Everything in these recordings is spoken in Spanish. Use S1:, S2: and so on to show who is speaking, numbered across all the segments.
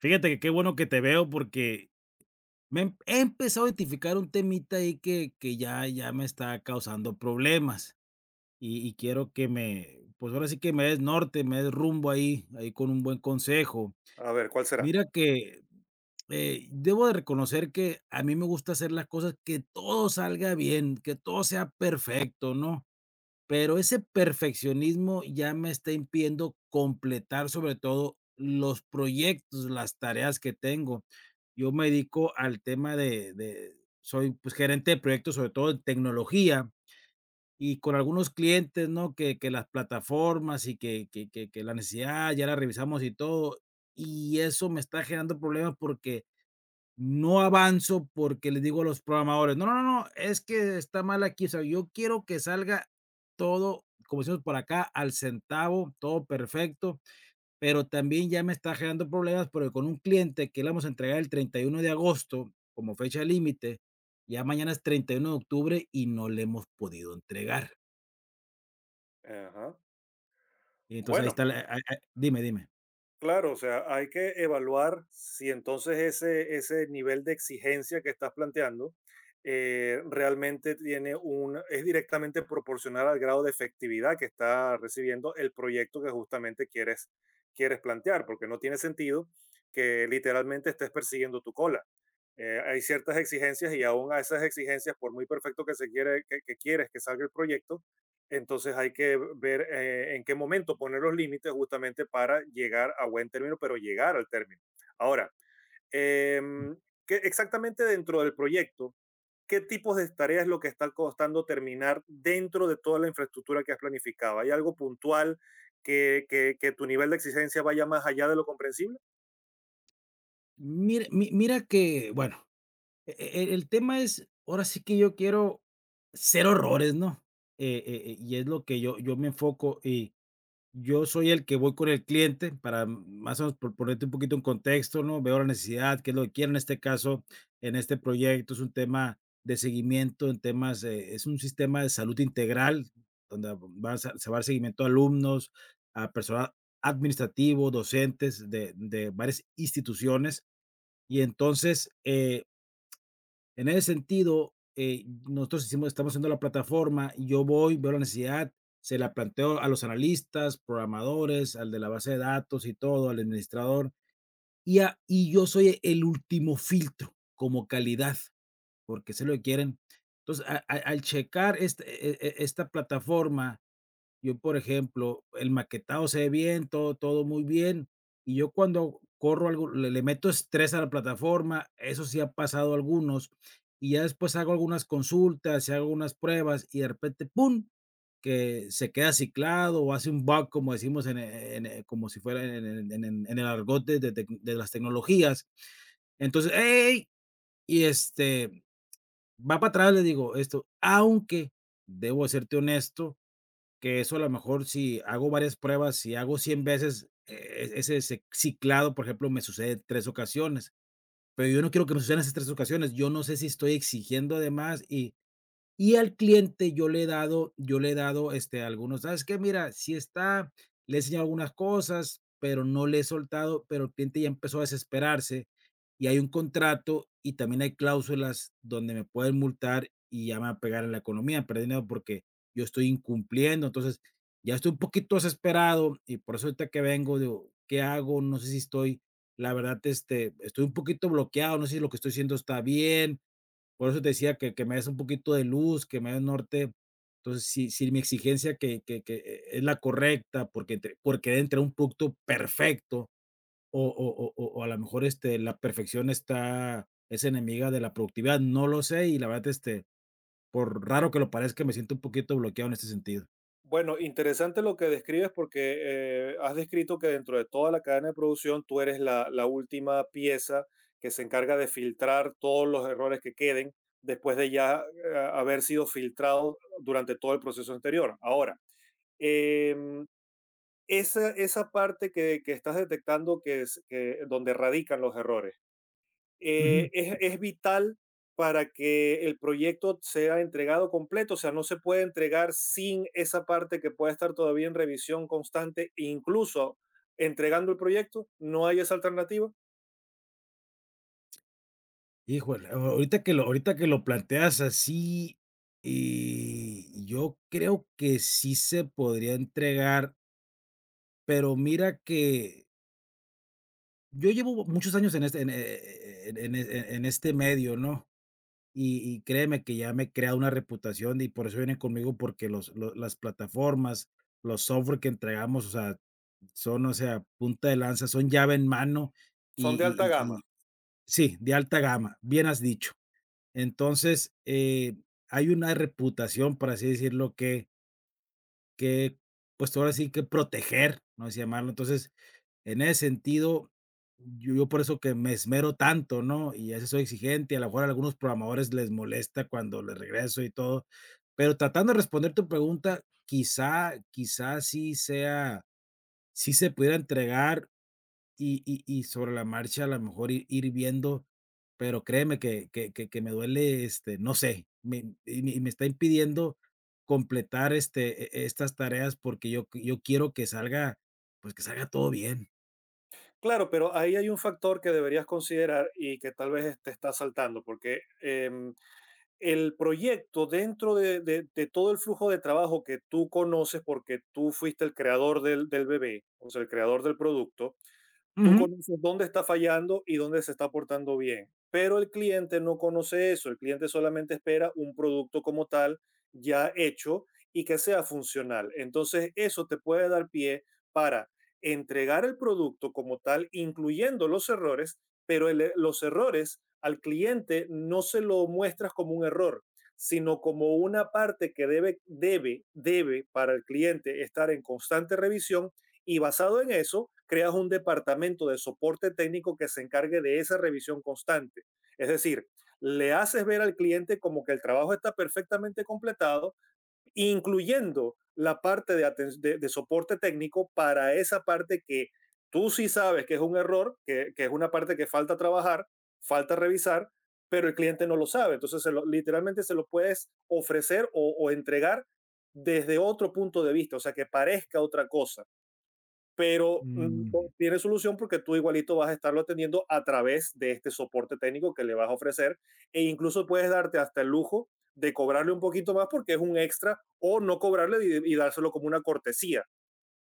S1: Fíjate que qué bueno que te veo porque me he empezado a identificar un temita ahí que ya me está causando problemas y quiero que me, pues ahora sí que me des norte, me des rumbo ahí, ahí con un buen consejo.
S2: A ver, ¿cuál será?
S1: Mira que debo de reconocer que a mí me gusta hacer las cosas que todo salga bien, que todo sea perfecto, ¿no? Pero ese perfeccionismo ya me está impidiendo completar, sobre todo, los proyectos, las tareas que tengo. Yo me dedico al tema de soy, pues, gerente de proyectos, sobre todo en tecnología, y con algunos clientes, ¿no? Que las plataformas y que la necesidad ya la revisamos y todo, y eso me está generando problemas porque no avanzo porque les digo a los programadores: "No, no, no, no, es que está mal aquí". O sea, yo quiero que salga todo, como decimos por acá, al centavo, todo perfecto, pero también ya me está generando problemas, porque con un cliente que le vamos a entregar el 31 de agosto como fecha límite, ya mañana es 31 de octubre y no le hemos podido entregar.
S2: Ajá.
S1: Y entonces ahí
S2: Bueno,
S1: está la dime, dime.
S2: claro, o sea, hay que evaluar si entonces ese nivel de exigencia que estás planteando realmente tiene un, es directamente proporcional al grado de efectividad que está recibiendo el proyecto que justamente quieres, quieres plantear, porque no tiene sentido que literalmente estés persiguiendo tu cola. Hay ciertas exigencias y aún a esas exigencias, por muy perfecto que se quiere, que quieres que salga el proyecto. Entonces hay que ver en qué momento poner los límites justamente para llegar a buen término, pero llegar al término. Ahora, em, ¿qué exactamente dentro del proyecto, qué tipos de tareas es lo que está costando terminar dentro de toda la infraestructura que has planificado? ¿Hay algo puntual que tu nivel de exigencia vaya más allá de lo comprensible?
S1: Mira que, bueno, E el tema es, ahora sí que yo quiero ser horrores, ¿no? Y es lo que yo me enfoco, y yo soy el que voy con el cliente para más o menos por ponerte un poquito en contexto, ¿no? Veo la necesidad, qué es lo que quieren, en este caso, en este proyecto es un tema de seguimiento en temas, es un sistema de salud integral, donde se va a dar seguimiento a alumnos, a personal administrativo, docentes de varias instituciones, y entonces, en ese sentido, nosotros hicimos estamos haciendo la plataforma, y yo voy, veo la necesidad, se la planteo a los analistas, programadores, al de la base de datos y todo, al administrador, y yo soy el último filtro como calidad, porque sé lo que quieren. Entonces, al checar esta plataforma yo, por ejemplo, el maquetado se ve bien, todo muy bien, y yo cuando corro algo, le meto estrés a la plataforma, eso sí ha pasado a algunos, y ya después hago algunas consultas y hago unas pruebas, y de repente, pum, que se queda ciclado o hace un bug, como decimos en e como si fuera en el argot de las tecnologías. Entonces, ey, y, este, va para atrás, le digo esto, aunque debo de serte honesto, que eso a lo mejor si hago varias pruebas, si hago 100 veces, ese ce ciclado, por ejemplo, me sucede 3 ocasiones, pero yo no quiero que me sucedan esas 3 ocasiones. Yo no sé si estoy exigiendo de más y al cliente yo le he dado, este, algunos, ¿sabes qué? Mira, si está, le he enseñado algunas cosas, pero no le he soltado, pero el cliente ya empezó a desesperarse y hay un contrato y también hay cláusulas donde me pueden multar y ya me va a pegar en la economía, perder dinero porque yo estoy incumpliendo. Entonces, ya estoy un poquito desesperado y por eso ahorita que vengo digo, ¿qué hago? No sé si estoy, la verdad, este, estoy un poquito bloqueado, no sé si lo que estoy haciendo está bien, por eso te decía que me des un poquito de luz, que me des norte. Entonces, si mi exigencia que es la correcta, porque entre un punto perfecto, o a lo mejor, este, la perfección está es enemiga de la productividad, no lo sé, y la verdad, este, por raro que lo parezca, me siento un poquito bloqueado en este sentido.
S2: Bueno, interesante lo que describes porque has descrito que dentro de toda la cadena de producción tú eres la, la última pieza que se encarga de filtrar todos los errores que queden después de ya haber sido filtrado durante todo el proceso anterior. Ahora, em, esa, esa parte que estás detectando que es donde radican los errores,
S1: Ujú.
S2: es vital para que el proyecto sea entregado completo. O sea, no se puede entregar sin esa parte que pueda estar todavía en revisión constante, e incluso entregando el proyecto, no hay esa alternativa,
S1: Híjole, a ahorita que lo planteas así, y yo creo que sí se podría entregar, pero mira que yo llevo muchos años en este en e en este medio, ¿no? Y créeme que ya me he creado una reputación y por eso vienen conmigo, porque los lo las plataformas, los software que entregamos, o sea, son, o sea, punta de lanza, son llave en mano y
S2: son de alta
S1: y y
S2: gama.
S1: y sí, de alta gama, bien has dicho. Entonces, hay una reputación, por así decirlo, que, pues, ahora sí que proteger, ¿no? Así llamarlo. Entonces, en ese sentido, yo por eso que me esmero tanto, ¿no? Y a veces soy exigente, a lo mejor a algunos programadores les molesta cuando les regreso y todo. Pero tratando de responder tu pregunta, quizá sí se pudiera entregar y sobre la marcha a lo mejor ir viendo, pero créeme que me duele, este, no sé, me está impidiendo completar, este, estas tareas porque yo quiero que salga, pues, que salga todo bien.
S2: Claro, pero ahí hay un factor que deberías considerar y que tal vez te está saltando, porque el proyecto dentro de todo el flujo de trabajo que tú conoces, porque tú fuiste el creador del, del bebé, o sea, el creador del producto, tú
S1: Ujú.
S2: conoces dónde está fallando y dónde se está portando bien. Pero el cliente no conoce eso, el cliente solamente espera un producto como tal ya hecho y que sea funcional. Entonces, eso te puede dar pie para entregar el producto como tal, incluyendo los errores, pero los errores al cliente no se lo muestras como un error, sino como una parte que debe, debe, debe para el cliente estar en constante revisión y basado en eso, creas un departamento de soporte técnico que se encargue de esa revisión constante. Es decir, le haces ver al cliente como que el trabajo está perfectamente completado, incluyendo la parte de, de soporte técnico para esa parte que tú sí sabes que es un error, que es una parte que falta trabajar, falta revisar, pero el cliente no lo sabe. Entonces, literalmente se lo puedes ofrecer o entregar desde otro punto de vista, o sea, que parezca otra cosa, pero
S1: Mm,
S2: tiene solución porque tú igualito vas a estarlo atendiendo a través de este soporte técnico que le vas a ofrecer, e incluso puedes darte hasta el lujo de cobrarle un poquito más porque es un extra o no cobrarle y dárselo como una cortesía.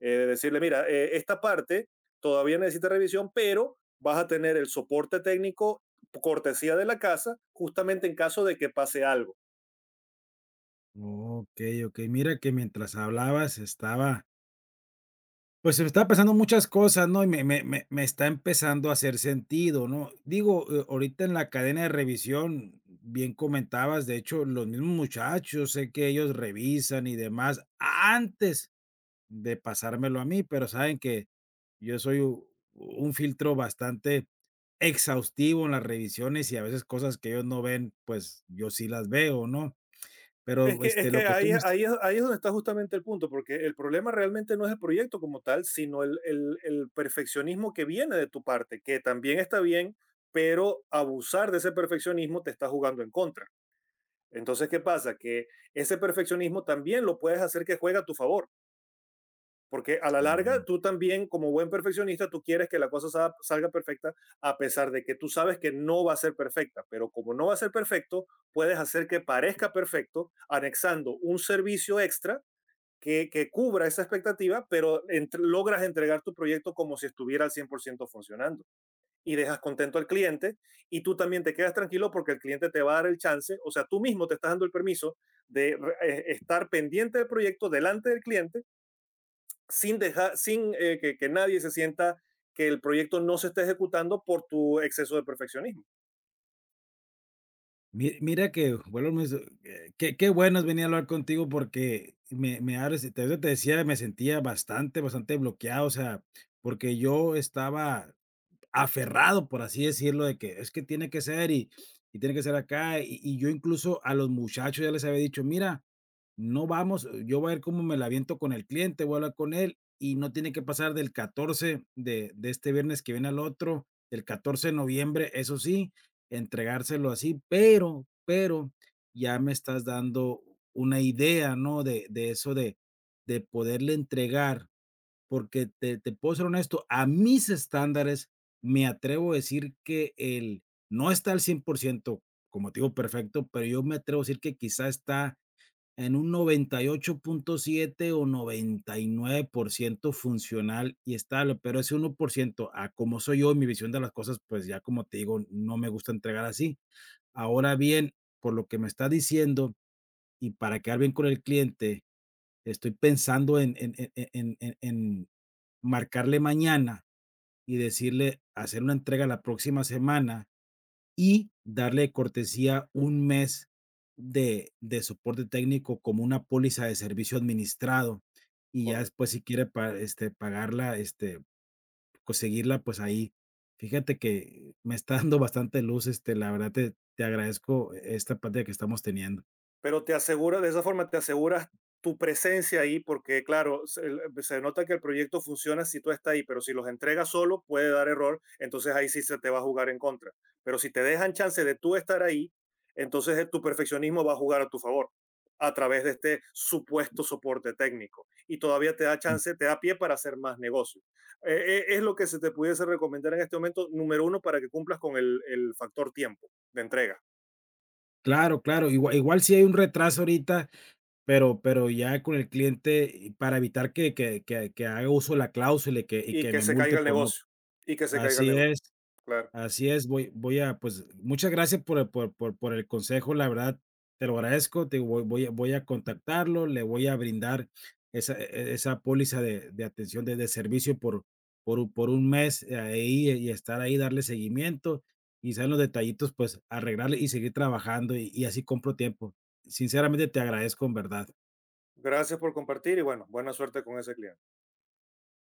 S2: Eh, de decirle, mira, esta parte todavía necesita revisión, pero vas a tener el soporte técnico cortesía de la casa justamente en caso de que pase algo.
S1: ok. Okey. Mira que mientras hablabas estaba, pues, se me estaba pasando muchas cosas, ¿no? Y me está empezando a hacer sentido, ¿no? Digo, ahorita en la cadena de revisión, bien comentabas, de hecho, los mismos muchachos, sé que ellos revisan y demás antes de pasármelo a mí, pero saben que yo soy u un filtro bastante exhaustivo en las revisiones y a veces cosas que ellos no ven, pues, yo sí las veo, ¿no? Pero,
S2: Es
S1: este,
S2: que
S1: lo que tú
S2: ahí,
S1: me
S2: ahí, ahí es donde está justamente el punto, porque el problema realmente no es el proyecto como tal, sino el, el perfeccionismo que viene de tu parte, que también está bien, pero abusar de ese perfeccionismo te está jugando en contra. Entonces, ¿qué pasa? Que ese perfeccionismo también lo puedes hacer que juegue a tu favor. Porque a la
S1: Mm,
S2: larga, tú también, como buen perfeccionista, tú quieres que la cosa salga perfecta, a pesar de que tú sabes que no va a ser perfecta. Pero como no va a ser perfecto, puedes hacer que parezca perfecto, anexando un servicio extra que cubra esa expectativa, pero logras entregar tu proyecto como si estuviera al 100% funcionando. Y dejas contento al cliente y tú también te quedas tranquilo porque el cliente te va a dar el chance, o sea, tú mismo te estás dando el permiso de estar pendiente del proyecto delante del cliente sin, dejar, sin que nadie se sienta que el proyecto no se está ejecutando por tu exceso de perfeccionismo.
S1: mi mira que volvemos, qué qué bueno es venir a hablar contigo porque me abres te decía, me sentía bastante, bastante bloqueado, o sea, porque yo estaba aferrado, por así decirlo, de que es que tiene que ser y tiene que ser acá. Y yo incluso a los muchachos ya les había dicho, mira, no vamos, yo voy a ver cómo me la aviento con el cliente, voy a hablar con él y no tiene que pasar del 14 de este viernes que viene al otro, el 14 de noviembre, eso sí, entregárselo así, pero ya me estás dando una idea, ¿no? De eso de poderle entregar porque te puedo ser honesto, a mis estándares, me atrevo a decir que el no está al 100%, como te digo, perfecto, pero yo me atrevo a decir que quizá está en un 98.7 o 99% funcional y estable, pero ese 1%, a como soy yo y mi visión de las cosas, pues ya como te digo, no me gusta entregar así. Ahora bien, por lo que me está diciendo y para quedar bien con el cliente, estoy pensando en, en marcarle mañana y decirle hacer una entrega la próxima semana y darle de cortesía un mes de soporte técnico como una póliza de servicio administrado y ya
S2: Correcto.
S1: después si quiere este, pagarla, este, conseguirla, pues ahí. Fíjate que me está dando bastante luz, este, la verdad te agradezco esta plática que estamos teniendo.
S2: Pero te asegura, de esa forma te aseguras tu presencia ahí, porque claro, se, pues, se nota que el proyecto funciona si tú estás ahí, pero si los entregas solo puede dar error, entonces ahí sí se te va a jugar en contra. Pero si te dejan chance de tú estar ahí, entonces tu perfeccionismo va a jugar a tu favor a través de este supuesto soporte técnico y todavía te da
S1: Mm,
S2: chance, te da pie para hacer más negocio. Es lo que se te pudiese recomendar en este momento, número uno, para que cumplas con el factor tiempo de entrega.
S1: claro, claro, igual sí hay un retraso ahorita, pero ya con el cliente y para evitar que haga uso de la cláusula y que y
S2: Y
S1: que
S2: que
S1: me
S2: se
S1: multe
S2: caiga el
S1: por no
S2: negocio, y que se caiga el
S1: así
S2: negocio,
S1: es.
S2: claro.
S1: Así es, pues, muchas gracias por el consejo, la verdad, te lo agradezco, te voy a contactarlo, le voy a brindar esa esa póliza de atención de servicio por un mes ahí y estar ahí, darle seguimiento, y en los detallitos, pues, arreglarle y seguir trabajando, y así compro tiempo. Sinceramente, te agradezco, en verdad.
S2: Gracias por compartir y bueno, buena suerte con ese cliente.